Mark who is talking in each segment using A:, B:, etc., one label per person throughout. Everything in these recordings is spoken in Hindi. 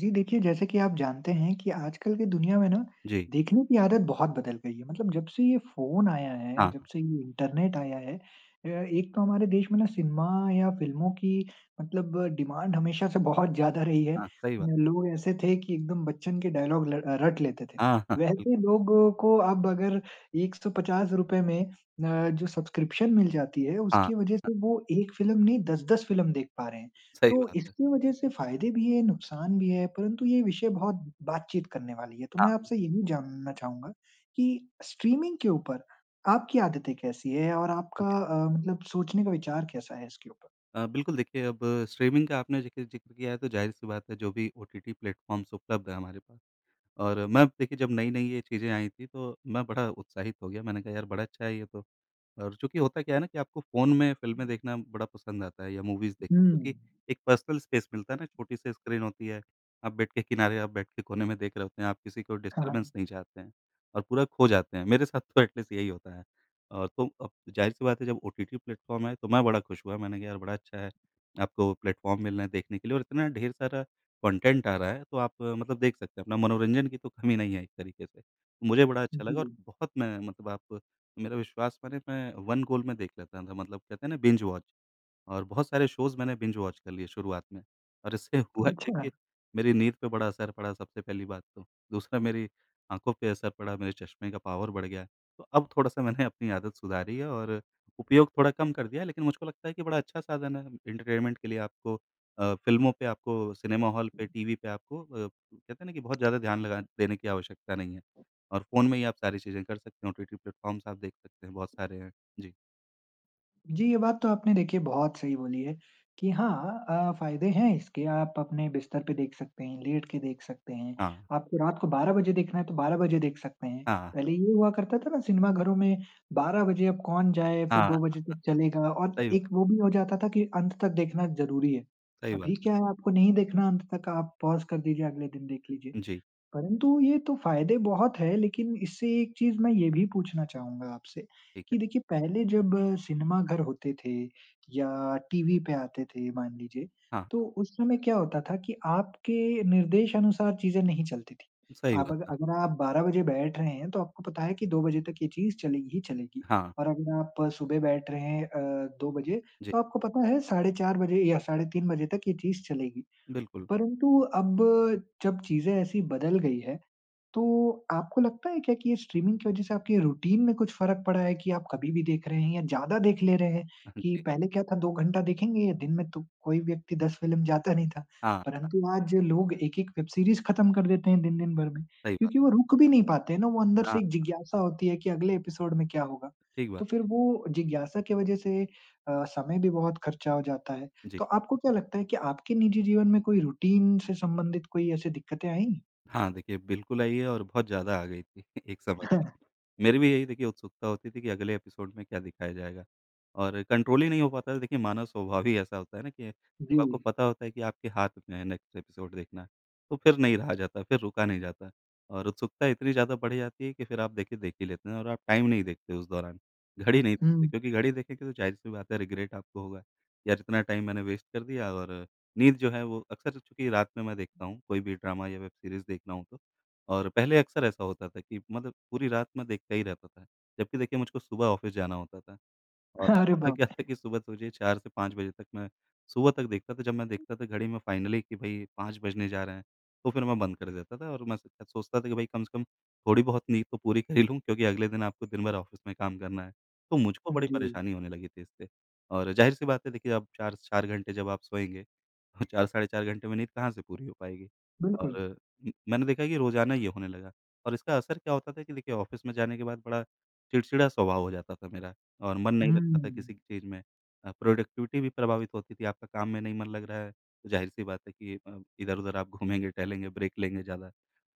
A: जी देखिए, जैसे कि आप जानते हैं कि आजकल की दुनिया में ना
B: जी।
A: देखने की आदत बहुत बदल गई है। मतलब जब से ये फ़ोन आया है,
B: हाँ,
A: जब से ये इंटरनेट आया है एक तो हमारे देश में ना सिनेमा या फ़िल्मों की मतलब डिमांड हमेशा से बहुत ज़्यादा रही है।
B: हाँ, सही बात।
A: लोग ऐसे थे कि एकदम बच्चन के डायलॉग ल रट लेते थे।
B: हाँ, हाँ,
A: वैसे
B: बिल्कुल।
A: लोगों को अब अगर ₹150 में जो सब्सक्रिप्शन मिल जाती है
B: हाँ,
A: उसकी वज़ह से वो 1 फ़िल्म नहीं 10-10 फ़िल्म देख पा रहे हैं। तो
B: सही बात है।
A: इसकी वजह से फ़ायदे भी हैं, नुकसान भी है, परंतु ये विषय बहुत बातचीत करने वाली है। तो मैं
B: हाँ,
A: आपसे यही जानना चाहूँगा कि स्ट्रीमिंग के ऊपर आपकी आदतें कैसी हैं और
B: जी।
A: आपका मतलब सोचने का विचार कैसा है इसके ऊपर?
B: बिल्कुल देखिए अब स्ट्रीमिंग का आपने जिक्र जिक्र किया है तो ज़ाहिर-सी बात है जो भी ओटीटी प्लेटफ़ॉर्म्स उपलब्ध हैं हमारे पास। और मैं देखिए जब नई-नई ये चीज़ें आई थी तो मैं बड़ा उत्साहित हो गया, मैंने कहा यार बड़ा अच्छा है ये तो। और चूँकि होता क्या है ना कि आपको फ़ोन में फ़िल्में देखना बड़ा पसंद आता है या मूवीज़
A: हुँ।
B: देखना क्योंकि एक पर्सनल स्पेस मिलता है ना, छोटी सी स्क्रीन होती है, आप बेड के किनारे, आप बेड के कोने में देख रहे होते हैं, आप किसी को
A: हाँ, हाँ।
B: डिस्टर्बेंस नहीं चाहते हैं और पूरा खो जाते हैं, मेरे साथ तो एटलीस्ट यही होता है। और तो अब ज़ाहिर-सी बात है जब ओटीटी प्लेटफ़ॉर्म आए तो मैं बड़ा खुश हुआ, मैंने कहा यार बड़ा अच्छा है, आपको प्लेटफ़ॉर्म मिल रहे हैं देखने के लिए और इतना ढेर सारा कंटेंट आ रहा है, तो आप मतलब देख सकते हैं, अपना मनोरंजन की तो कमी नहीं है एक तरीके से। तो मुझे बड़ा अच्छा लगा और
A: जी।
B: बहुत मैं मतलब आप मेरा विश्वास मानिए मैं वन गोल में देख लेता था, मतलब कहते हैं ना बिंज वॉच। और बहुत सारे शोज़ मैंने बिंज वॉच कर लिए शुरुआत में और इससे हुआ क्या
A: अच्छा।
B: कि मेरी नींद पे बड़ा असर पड़ा सबसे पहली बात तो। दूसरा मेरी आँखों पे असर पड़ा, मेरे चश्मे का पावर बढ़ गया। तो अब थोड़ा-सा मैंने अपनी आदत सुधारी है और उपयोग थोड़ा कम कर दिया है, लेकिन मुझको लगता है कि बड़ा अच्छा साधन है एंटरटेनमेंट के लिए आपको। फ़िल्मों पे आपको सिनेमा हॉल पे, टीवी पे आपको कहते हैं ना कि बहुत ज़्यादा ध्यान लगा देने की आवश्यकता नहीं है और फ़ोन में ही आप सारी चीज़ें कर सकते हैं, ओटीटी प्लेटफ़ॉर्म्स आप देख सकते हैं, बहुत सारे हैं। जी।
A: जी, ये बात तो आपने देखिए बहुत सही बोली है कि हाँ, फ़ायदे हैं इसके। आप अपने बिस्तर पे देख सकते हैं, लेट के देख सकते हैं।
B: हाँ,
A: आपको रात को 12 बजे देखना है तो 12 बजे देख सकते हैं।
B: हाँ,
A: पहले ये हुआ करता था ना सिनेमा घरों में 12 बजे अब कौन जाए, फिर
B: हाँ,
A: 2 बजे तक चलेगा और
B: सही बात
A: एक वो भी हो जाता था कि अंत तक देखना ज़रूरी है।
B: सही बात
A: अभी क्या है, आपको नहीं देखना अंत तक, आप पॉज़ कर दीजिए, अगले दिन देख लीजिए।
B: है। जी,
A: परंतु ये तो फ़ायदे बहुत हैं, लेकिन इससे एक चीज़ मैं ये भी पूछना चाहूँगा आपसे
B: ठीक है।
A: कि देखिए पहले जब सिनेमा घर होते थे या टीवी पे आते थे, मान लीजिए,
B: हाँ,
A: तो उस समय क्या होता था कि आपके निर्देश अनुसार चीज़ें नहीं चलती थी।
B: सही
A: आप
B: बात
A: अग
B: है।
A: अगर आप 12 बजे बैठ रहे हैं, तो आपको पता है कि 2 बजे तक ये चीज़ चलेगी ही चलेगी
B: हाँ,
A: और अगर आप सुबह बैठ रहे हैं 2 बजे,
B: जी,
A: तो आपको पता है 4:30 बजे या 3:30 बजे तक ये चीज़ चलेगी।
B: बिल्कुल।
A: परंतु अब जब चीज़ें ऐसी बदल गई है, तो आपको लगता है क्या कि ये स्ट्रीमिंग की वज़ह से आपकी रूटीन में कुछ फ़र्क पड़ा है कि आप कभी भी देख रहे हैं या ज़्यादा देख ले रहे हैं?
B: हाँ
A: कि
B: जी,
A: पहले क्या था, 2 घंटा देखेंगे या दिन में तो कोई व्यक्ति 10 फ़िल्म जाता नहीं था,
B: हाँ,
A: परंतु आज लोग एक-एक वेब सीरीज़ ख़त्म कर देते हैं दिन-दिन भर में,
B: सही बात।
A: क्योंकि वो रुक भी नहीं पाते हैं ना, वो अंदर से
B: हाँ,
A: एक जिज्ञासा होती है कि अगले एपिसोड में क्या होगा?
B: ठीक
A: तो
B: बात।
A: फिर वो जिज्ञासा की वज़ह से समय भी बहुत खर्चा हो जाता है।
B: जी।
A: तो आपको क्या लगता है कि आपके निजी जीवन में कोई रूटीन से संबंधित कोई ऐसी दिक्कतें आईं?
B: हाँ, देखिए बिल्कुल आई है और बहुत ज़्यादा आ गई थी एक समय पे। मेरी भी यही देखिए उत्सुकता होती थी कि अगले एपिसोड में क्या दिखाया जाएगा और कंट्रोल ही नहीं हो पाता था। देखिए मानव स्वभाव ही ऐसा होता है ना कि
A: जी।
B: जब आपको पता होता है कि आपके हाथ में है नेक्स्ट एपिसोड देखना, तो फिर नहीं रहा जाता, फिर रुका नहीं जाता और उत्सुकता इतनी ज़्यादा बढ़ जाती है कि फिर आप देखिए देख ही लेते हैं और आप टाइम नहीं देखते उस दौरान, घड़ी नहीं देखते
A: हुँ।
B: क्योंकि घड़ी देखेंगे तो ज़ाहिर-सी बात है रिग्रेट आपको होगा, यार इतना टाइम मैंने वेस्ट कर दिया और नींद जो है वो अक्सर चूँकि रात में मैं देखता हूँ, कोई भी ड्रामा या वेब सीरीज़ देखना हो तो। और पहले अक्सर ऐसा होता था कि मतलब पूरी रात मैं देखता ही रहता था। जबकि देखिए मुझको सुबह ऑफ़िस जाना होता था, और
A: अरे
B: होता
A: बाप
B: क्या था
A: रे!
B: कि सुबह सोचिए 4 से 5 बजे तक मैं सुबह तक देखता था। जब मैं देखता था घड़ी में फाइनली कि भई 5 बजने जा रहे हैं, तो फिर मैं बंद कर देता था और मैं स सोचता था कि भई कम से कम थोड़ी बहुत नींद तो पूरी कर ही लूँ क्योंकि अगले दिन आपको दिन भर ऑफ़िस में काम करना है। तो मुझको बड़ी
A: जी,
B: परेशानी होने लगी थी इससे और ज़ाहिर-सी बात है देखिए आप 4 4 घंटे जब आप सोएँगे, तो 4 साढ़े 4 घंटे में नींद कहाँ से पूरी हो पाएगी?
A: बिल्कुल।
B: और म मैंने देखा कि रोज़ाना ये होने लगा और इसका असर क्या होता था कि देखिए ऑफ़िस में जाने के बाद बड़ा चिड़चिड़ा स्वभाव हो जाता था मेरा। और मन नहीं
A: हुँ।
B: लगता था किसी की चीज़ में। प्रोडक्टिविटी भी प्रभावित होती थी, आपका काम में नहीं मन लग रहा है, तो ज़ाहिर-सी बात है कि इधर-उधर आप घूमेंगे, टहलेंगे, ब्रेक लेंगे ज़्यादा।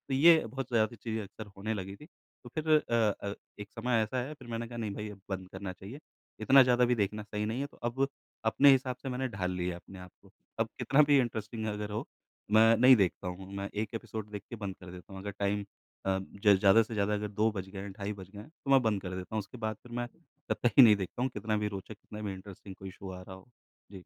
B: तो ये बहुत ज़्यादा चीज़ें अक्सर होने लगी थी। तो फिर एक समय ऐसा आया फिर मैंने कहा नहीं भई अब बंद करना चाहिए। इतना ज़्यादा भी देखना सही नहीं है तो अब अपने हिसाब से मैंने ढाल लिया अपने आप को। अब कितना भी इंटरेस्टिंग अगर हो मैं नहीं देखता हूँ, मैं 1 एपिसोड देख के बंद कर देता हूँ। अगर टाइम अ, ज ज़्यादा से ज़्यादा अगर 2 बज गए हैं, ढाई बज गए हैं तो मैं बंद कर देता हूँ। उसके बाद फिर मैं कतई नहीं देखता हूँ कितना भी रोचक, कितना भी इंटरेस्टिंग कोई शो आ रहा हो। जी,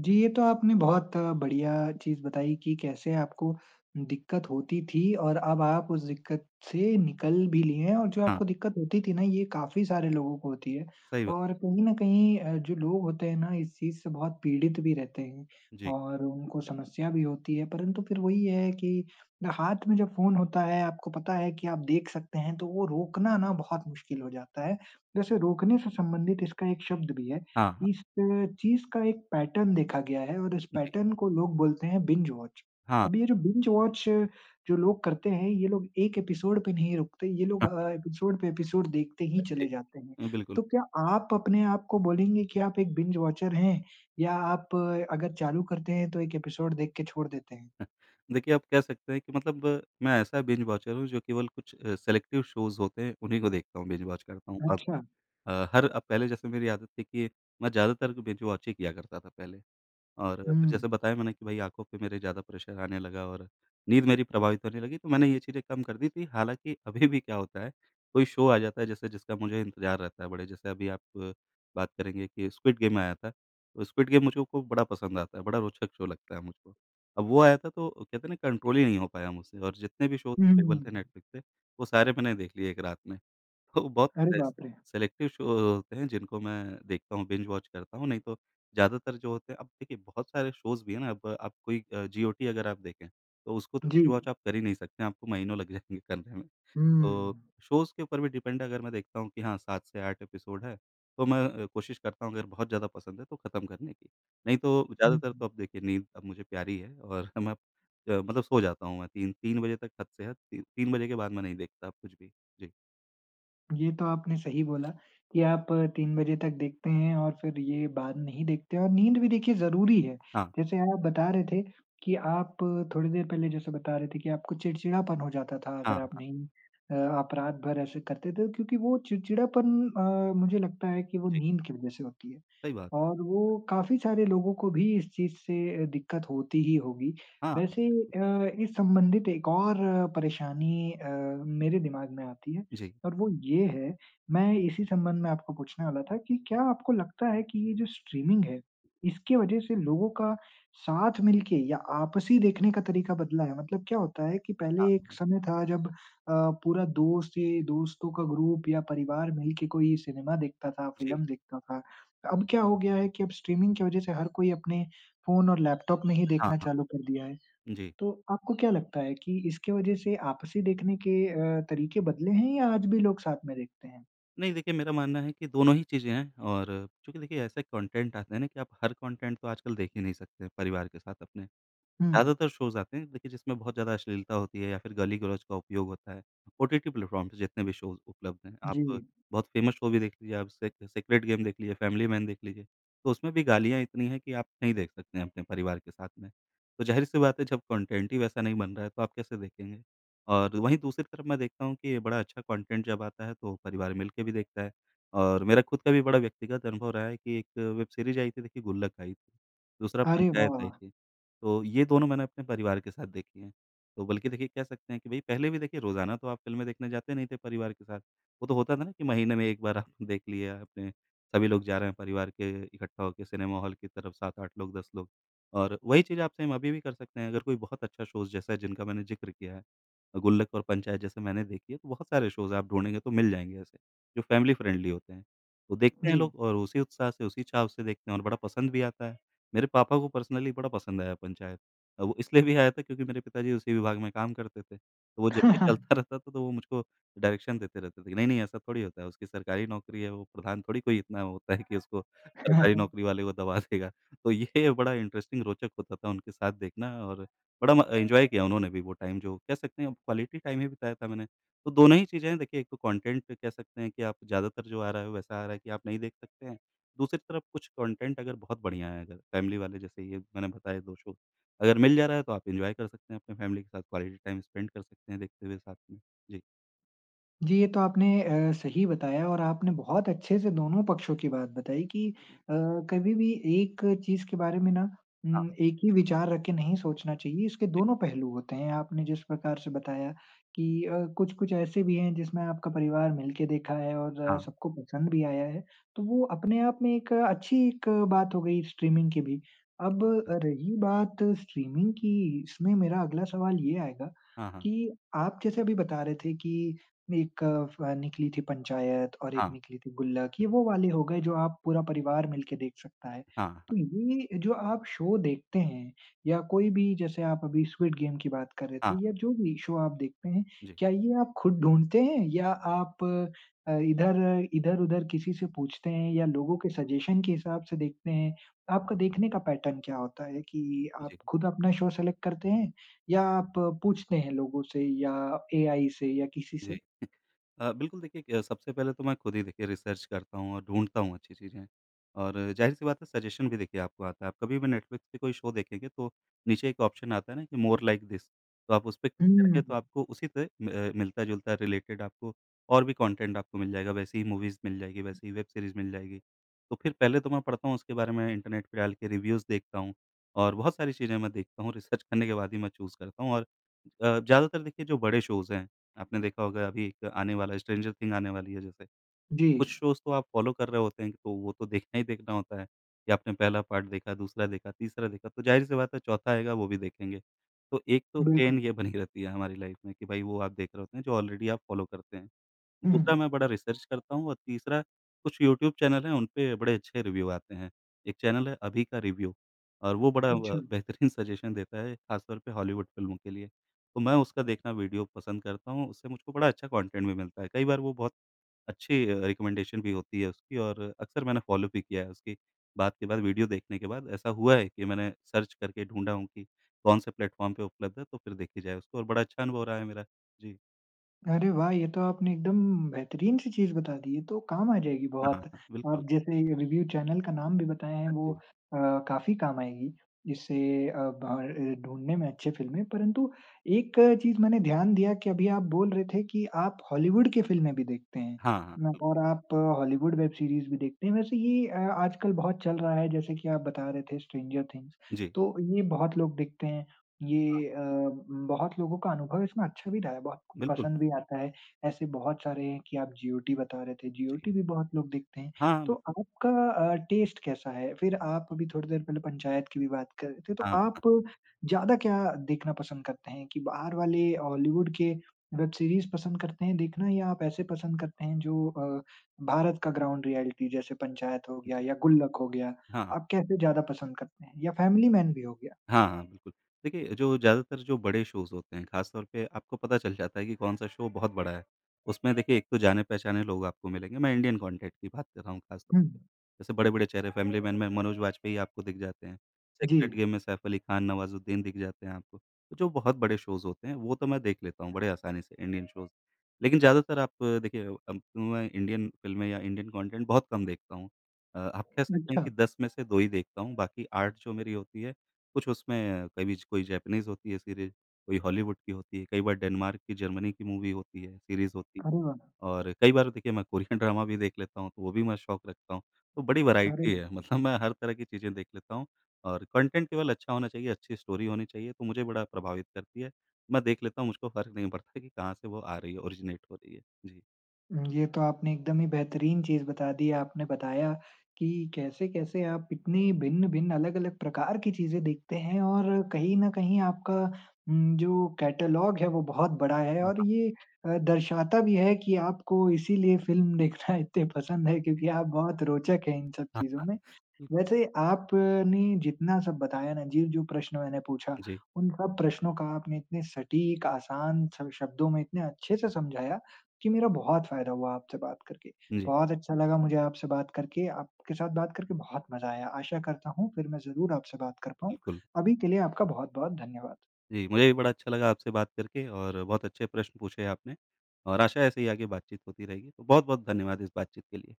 A: जी, ये तो आपने बहुत बढ़िया चीज़ बताई कि कैसे आपको दिक्कत होती थी और अब आप उस दिक्कत से निकल भी लिए हैं, और जो
B: हाँ,
A: आपको दिक्कत होती थी ना, ये काफ़ी सारे लोगों को होती है
B: सही बात।
A: और कहीं न कहीं, जो लोग होते हैं ना, इस चीज़ से बहुत पीड़ित भी रहते हैं
B: जी,
A: और उनको समस्या भी होती है, परंतु फिर वही है कि हाथ में जब फ़ोन होता है, आपको पता है कि आप देख सकते हैं, तो वो रोकना ना बहुत मुश्किल हो जाता है। वैसे रोकने से संबंधित इसका एक शब्द भी है,
B: हाँ, हाँ,
A: इस चीज़ का एक पैटर्न देखा गया है और इस
B: जी,
A: पैटर्न को लोग बोलते हैं बिंज वॉच।
B: हाँ,
A: अब ये जो बिंज वॉच जो लोग करते हैं, ये लोग एक एपिसोड पे नहीं रुकते, ये लोग एपिसोड पे एपिसोड देखते ही चले
B: जी,
A: जाते हैं।
B: बिल्कुल।
A: तो क्या आप अपने आप को बोलेंगे कि आप एक बिंज वॉचर हैं या आप, अगर चालू करते हैं तो एक एपिसोड देख के छोड़ देते हैं?
B: देखिए, आप कह सकते हैं कि मतलब मैं ऐसा बिंज वॉचर हूँ जो केवल कुछ सेलेक्टिव शोज़ होते हैं, उन्हीं को देखता हूँ, बिंज वॉच करता हूँ।
A: अच्छा।
B: अ, हर अब पहले जैसे मेरी आदत थी कि मैं ज़्यादातर बिंज-वॉच किया करता था पहले और फिर जैसे
A: हुँ।
B: बताया मैंने कि भई आँखों पे मेरे ज़्यादा प्रेशर आने लगा और नींद मेरी प्रभावित होने लगी, तो मैंने ये चीज़ें कम कर दी थी। हालाँकि अभी भी क्या होता है, कोई शो आ जाता है जैसे जिसका मुझे इंतज़ार रहता है बड़े जैसे अभी आप बात करेंगे कि स्क्विड गेम आया था, तो स्क्विड गेम मुझको बड़ा पसंद आता है, बड़ा रोचक शो लगता है मुझको। अब वो आया था तो कहते हैं ना कंट्रोल ही नहीं हो पाया मुझसे और जितने भी शोज़ अवेलेबल थे
A: हुँ।
B: नेटफ्लिक्स पे, वो सारे मैंने देख लिए एक रात में। तो बहुत
A: अरे
B: सेस
A: बाप रे!
B: सेलेक्टिव शो होते हैं जिनको मैं देखता हूँ, बिंज वॉच करता हूँ, नहीं तो ज़्यादातर जो होते हैं अब देखिए बहुत सारे शोज़ भी हैं ना। अब आप कोई जीओटी अगर आप देखें, तो उसको तो
A: जी।
B: बिंज वॉच आप कर ही नहीं सकते, आपको महीनों लग जाएँगे करने में। तो
A: हुँ।
B: शोज़ के ऊपर भी डिपेंड है, अगर मैं देखता हूँ कि हाँ, 7 से 8 एपिसोड है, तो मैं कोशिश करता हूँ अगर बहुत ज़्यादा पसंद है तो ख़त्म करने की। नहीं तो
A: हुँ।
B: ज़्यादातर तो अब देखिए नींद अब मुझे प्यारी है और मैं मतलब सो जाता हूँ मैं 3 3 बजे तक हद से हद ती 3 बजे के बाद मैं नहीं देखता अब कुछ भी। जी।
A: ये तो आपने सही बोला कि आप 3 बजे तक देखते हैं और फिर ये बाद नहीं देखते, और नींद भी देखिए ज़रूरी है।
B: हाँ,
A: जैसे आप बता रहे थे कि आप, थोड़ी देर पहले जैसे बता रहे थे कि आपको चिड़चिड़ापन हो जाता था अगर आप
B: हाँ।
A: नहीं, आप रात भर ऐसे करते थे, क्योंकि वो चिड़चिड़ापन, मुझे लगता है कि वो
B: जी,
A: नींद की वज़ह से होती है।
B: सही बात।
A: और वो काफ़ी सारे लोगों को भी इस चीज़ से दिक्कत होती ही होगी।
B: हाँ,
A: वैसे इस संबंधित एक और परेशानी मेरे दिमाग में आती है,
B: जी।
A: और वो ये है, मैं इसी संबंध में आपको पूछने वाला था कि क्या आपको लगता है कि ये जो स्ट्रीमिंग है, इसकी वज़ह से लोगों का साथ मिल के या आपसी देखने का तरीका बदला है? मतलब क्या होता है कि
B: हाँ,
A: पहले एक
B: हाँ।
A: समय था जब, पूरा दोस्त, ये दोस्तों का ग्रुप या परिवार मिल के कोई सिनेमा देखता था,
B: जी,
A: फ़िल्म देखता था। अब क्या हो गया है कि अब स्ट्रीमिंग की वजह से हर कोई अपने फ़ोन और लैपटॉप में ही
B: हाँ,
A: देखना
B: हाँ,
A: चालू कर दिया है।
B: जी।
A: तो आपको क्या लगता है कि इसकी वजह से आपसी देखने के तरीके बदले हैं या आज भी लोग साथ में देखते हैं?
B: नहीं देखिए मेरा मानना है कि दोनों ही चीज़ें हैं और चूँकि देखिए ऐसे कंटेंट आते हैं ना कि आप हर कंटेंट तो आजकल देख ही नहीं सकते परिवार के साथ अपने।
A: हुँ,
B: ज़्यादातर शोज़ आते हैं देखिए जिसमें बहुत ज़्यादा अश्लीलता होती है या फिर गाली-गलौज का उपयोग होता है। ओटीटी प्लेटफ़ॉर्म पे जितने भी शोज़ उपलब्ध हैं, आप
A: जी।
B: बहुत फ़ेमस शो भी देख लीजिए आप से सीक्रेट गेम देख लीजिए, फैमिली मैन देख लीजिए, तो उसमें भी गालियाँ इतनी हैं कि आप नहीं देख सकते हैं अपने परिवार के साथ में। तो ज़ाहिर-सी बात है जब कंटेंट ही वैसा नहीं बन रहा है तो आप कैसे देखेंगे? और वहीं दूसरी तरफ मैं देखता हूँ कि बड़ा अच्छा कंटेंट जब आता है तो परिवार मिल के भी देखता है और मेरा खुद का भी बड़ा व्यक्तिगत अनुभव रहा है कि एक वेब सीरीज़ आई थी देखिए गुल्लक आई थी, दूसरा
A: अरे वाह!
B: पंचायत आई
A: वाह!
B: थी। तो ये दोनों मैंने अपने परिवार के साथ देखी हैं। तो बल्कि देखिए कह सकते हैं कि भई पहले भी देखिए रोज़ाना तो आप फ़िल्में देखने जाते नहीं थे परिवार के साथ। वो तो होता था ना कि महीने में 1 बार आप देख लिए आपने, सभी लोग जा रहे हैं परिवार के इकट्ठा होके सिनेमा हॉल की तरफ 7-8 लोग 10 लोग। और वही चीज़ आप सेम अभी भी कर सकते हैं अगर कोई बहुत अच्छा शोज़ जैसा जिनका मैंने ज़िक्र किया है, गुल्लक और पंचायत जैसे मैंने देखी है, तो बहुत सारे शोज़ आप ढूँढेंगे तो मिल जाएँगे ऐसे, जो फैमिली फ्रेंडली होते हैं। तो देखते हैं
A: जी।
B: लोग और उसी उत्साह से, उसी चाव से देखते हैं और बड़ा पसंद भी आता है। मेरे पापा को पर्सनली बड़ा पसंद आया पंचायत। वो इसलिए भी आया था क्योंकि मेरे पिताजी उसी विभाग में काम करते थे। तो वो जब भी चलता रहता था, तो वो मुझको डायरेक्शन देते रहते थे कि नहीं-नहीं ऐसा थोड़ी होता है, उसकी सरकारी नौकरी है, वो प्रधान थोड़ी कोई इतना होता है कि उसको सरकारी
A: हाँ।
B: नौकरी वाले को दबा देगा। तो ये बड़ा इंटरेस्टिंग रोचक होता था उनके साथ देखना और बड़ा म एन्जॉय किया उन्होंने भी वो टाइम जो कह सकते हैं क्वालिटी टाइम ही बिताया था मैंने। तो दोनों ही चीज़ें हैं देखिए एक तो कंटेंट कह सकते हैं कि आप ज़्यादातर जो आ रहा है वैसा आ रहा है कि आप नहीं देख सकते हैं। दूसरी तरफ कुछ कंटेंट अगर बहुत बढ़िया है अगर फैमिली वाले जैसे ये मैंने बताए 2 शो अगर मिल जा रहा है तो आप एन्जॉय कर सकते हैं अपने फैमिली के साथ क्वालिटी टाइम स्पेंड कर सकते हैं देखते हुए साथ में। जी।
A: जी, ये तो आपने सही बताया, और आपने बहुत अच्छे से दोनों पक्षों की बात बताई कि अ, कभी भी एक चीज़ के बारे में ना
B: हाँ,
A: एक ही विचार रख के नहीं सोचना चाहिए, इसके
B: जी,
A: दोनों पहलू होते हैं। आपने जिस प्रकार से बताया कि कुछ-कुछ ऐसे भी हैं जिसमें आपका परिवार मिल के देखा है और
B: हाँ।
A: सबको पसंद भी आया है, तो वो अपने आप में एक अच्छी एक बात हो गई स्ट्रीमिंग की भी। अब रही बात स्ट्रीमिंग की, इसमें मेरा अगला सवाल ये आएगा
B: हाँ, हाँ।
A: कि आप जैसे अभी बता रहे थे कि एक निकली थी पंचायत और एक
B: हाँ,
A: निकली थी गुल्लक, ये वो वाले हो गए जो आप पूरा परिवार मिलके देख सकता है।
B: हाँ, हाँ,
A: तो ये जो आप शो देखते हैं या कोई भी, जैसे आप अभी स्क्विड गेम की बात कर रहे थे
B: हाँ।
A: या जो भी शो आप देखते हैं,
B: जी,
A: क्या ये आप खुद ढूँढते हैं या आप इधर-उधर किसी से पूछते हैं या लोगों के सजेशन के हिसाब से देखते हैं? आपका देखने का पैटर्न क्या होता है कि आप
B: जी,
A: खुद अपना शो सेलेक्ट करते हैं या आप पूछते हैं लोगों से या एआई से या किसी से?
B: जी। बिल्कुल देखिए, सबसे पहले तो मैं खुद ही देखिए रिसर्च करता हूँ और ढूँढता हूँ अच्छी चीज़ें और ज़ाहिर-सी बात है सजेशन भी देखिए आपको आता है। आप कभी भी नेटफ्लिक्स पे कोई शो देखेंगे तो नीचे एक ऑप्शन आता है ना कि मोर लाइक दिस तो आप उसपे क्लिक करेंगे
A: हुँ,
B: तो आपको उसी से मिलता-जुलता रिलेटेड आपको और भी कंटेंट आपको मिल जाएगा। वैसी ही मूवीज़ मिल जाएगी, वैसी ही वेब सीरीज़ मिल जाएगी। तो फिर पहले तो मैं पढ़ता हूँ उसके बारे में इंटरनेट पे डाल के रिव्यूज़ देखता हूँ और बहुत सारी चीज़ें मैं देखता हूँ। रिसर्च करने के बाद ही मैं चूज़ करता हूँ और ज़्यादातर देखिए जो बड़े शोज़ हैं आपने देखा होगा अभी एक आने वाला है स्ट्रेंजर थिंग आने वाली है जैसे।
A: जी,
B: कुछ शोज़ तो आप फ़ॉलो कर रहे होते हैं तो वो तो देखना ही देखना होता है कि आपने पहला पार्ट देखा, दूसरा देखा, तीसरा देखा तो ज़ाहिर-सी बात है चौथा आएगा वो भी देखेंगे। तो एक तो चेन
A: बिल्कुल।
B: ये बनी रहती है हमारी लाइफ़ में कि भाई वो आप देख रहे होते हैं जो ऑलरेडी आप फ़ॉलो करते हैं।
A: हुँ,
B: दूसरा
A: हुँ।
B: मैं बड़ा रिसर्च करता हूँ और तीसरा कुछ यूट्यूब चैनल हैं, उन पे बड़े अच्छे रिव्यू आते हैं। एक चैनल है अभी का रिव्यू और वो बड़ा
A: अच्छा,
B: बेहतरीन सजेशन देता है ख़ासतौर पे हॉलीवुड फ़िल्मों के लिए। तो मैं उसका देखना वीडियो पसंद करता हूँ, उससे मुझको बड़ा अच्छा कंटेंट भी मिलता है। कई बार वो बहुत अच्छी, रिकमेंडेशन भी होती है उसकी और अक्सर मैंने फ़ॉलो भी किया है उसकी बात के बाद वीडियो देखने के बाद ऐसा हुआ है कि मैंने सर्च करके ढूँढा हूँ कि कौन से प्लेटफ़ॉर्म पे उपलब्ध है, तो फिर देखी जाए उसको और बड़ा अच्छा अनुभव रहा है मेरा। जी।
A: अरे वाह! ये तो आपने एकदम बेहतरीन सी चीज़ बता दी, ये तो काम आ जाएगी बहुत।
B: हाँ, हाँ,
A: आप
B: बिल्कुल।
A: जैसे रिव्यू चैनल का नाम भी बताए हैं,
B: हाँ
A: वो
B: जी।
A: काफ़ी काम आएगी, इससे अ, बाहर ढूँढने में अच्छे फ़िल्में। परंतु एक चीज़ मैंने ध्यान दिया कि अभी आप बोल रहे थे कि आप हॉलीवुड की फ़िल्में भी देखते हैं
B: हाँ, हाँ।
A: न, और आप हॉलीवुड वेब सीरीज़ भी देखते हैं। वैसे ये आजकल बहुत चल रहा है, जैसे कि आप बता रहे थे स्ट्रेंजर थिंग्स,
B: बिल्कुल, जी।
A: तो ये बहुत लोग देखते हैं। ये बहुत लोगों का अनुभव इसमें अच्छा भी रहा है, बहुत को
B: हाँ। बिल्कुल,
A: पसंद भी आता है। ऐसे बहुत सारे हैं कि आप जीओटी बता रहे थे,
B: जी।
A: जीओटी भी बहुत लोग देखते हैं।
B: हाँ,
A: तो
B: बिल्कुल।
A: आपका टेस्ट कैसा है? फिर आप अभी थोड़ी देर पहले पंचायत की भी बात कर रहे थे, तो
B: हाँ, हाँ।
A: आप ज़्यादा क्या देखना पसंद करते हैं कि बाहर वाले हॉलीवुड के वेब सीरीज़ पसंद करते हैं देखना, या आप ऐसे पसंद करते हैं जो भारत का ग्राउंड रियलिटी जैसे पंचायत हो गया
B: जी,
A: या गुल्लक हो गया,
B: हाँ,
A: आप कैसे ज़्यादा पसंद करते हैं? या फैमिली मैन भी हो गया?
B: हाँ, हाँ, बिल्कुल। देखिए, जो ज़्यादातर जो बड़े शोज़ होते हैं, ख़ास तौर पे आपको पता चल जाता है कि कौन-सा शो बहुत बड़ा है। उसमें देखिए एक तो जाने-पहचाने लोग आपको मिलेंगे, मैं इंडियन कॉन्टेंट की बात कर रहा हूँ ख़ास तौर
A: हुँ,
B: पे। जैसे बड़े-बड़े चेहरे फैमिली मैन में मनोज वाजपेयी आपको दिख जाते हैं,
A: जी।
B: सेक्रेड गेम में सैफ अली खान, नवाज़ुद्दीन दिख जाते हैं आपको। तो जो बहुत बड़े शोज़ होते हैं, वो तो मैं देख लेता हूँ बड़े आसानी से इंडियन शोज़। लेकिन ज़्यादातर आप देखिए अब तो मैं इंडियन फ़िल्में या इंडियन कॉन्टेंट बहुत कम देखता हूँ। आप कह सकते हैं
A: अच्छा,
B: कि 10 में से 2 ही देखता हूँ, बाकी 8 जो मेरी होती है कुछ उसमें कभी कोई जैपनीज़ होती है सीरीज़, कोई हॉलीवुड की होती है, कई बार डेनमार्क की, जर्मनी की मूवी होती है, सीरीज़ होती
A: अरे
B: है
A: वाह!
B: और कई बार देखिए मैं कोरियन ड्रामा भी देख लेता हूँ, तो वो भी मैं शौक रखता हूँ। तो बड़ी
A: अरे
B: वैरायटी
A: वाह!
B: है मतलब मैं हर तरह की चीज़ें देख लेता हूँ और कंटेंट केवल अच्छा होना चाहिए, अच्छी स्टोरी होनी चाहिए, तो मुझे बड़ा प्रभावित करती है। मैं देख लेता हूँ, मुझको फ़र्क नहीं पड़ता कि कहाँ से वो आ रही है, ओरिजिनेट हो रही है। जी।
A: ये तो आपने एकदम ही बेहतरीन चीज़ बता दी। आपने बताया कि कैसे-कैसे आप इतनी भिन्न-भिन्न, अलग-अलग प्रकार की चीज़ें देखते हैं, और कहीं न कहीं आपका जो कैटलॉग है वो बहुत बड़ा है, और
B: वाह!
A: ये दर्शाता भी है कि आपको इसीलिए फ़िल्म देखना इतने पसंद है
B: जी।
A: क्योंकि आप बहुत रोचक हैं इन सब
B: हाँ,
A: चीज़ों में।
B: बिल्कुल।
A: वैसे आपने जितना सब बताया ना, जी, जो प्रश्न मैंने पूछा,
B: जी,
A: उन सब प्रश्नों का आपने इतने सटीक, आसान स शब्दों में इतने अच्छे से समझाया कि मेरा बहुत फ़ायदा हुआ आपसे बात करके।
B: जी,
A: बहुत अच्छा लगा मुझे आपसे बात करके, आपके साथ बात करके बहुत मज़ा आया। आशा करता हूँ फिर मैं ज़रूर आपसे बात कर पाऊँ।
B: बिल्कुल।
A: अभी के लिए आपका बहुत-बहुत धन्यवाद।
B: जी, मुझे भी बड़ा अच्छा लगा आपसे बात करके और बहुत अच्छे प्रश्न पूछे आपने और आशा है ऐसे ही आगे बातचीत होती रहेगी। तो बहुत-बहुत धन्यवाद इस बातचीत के लिए।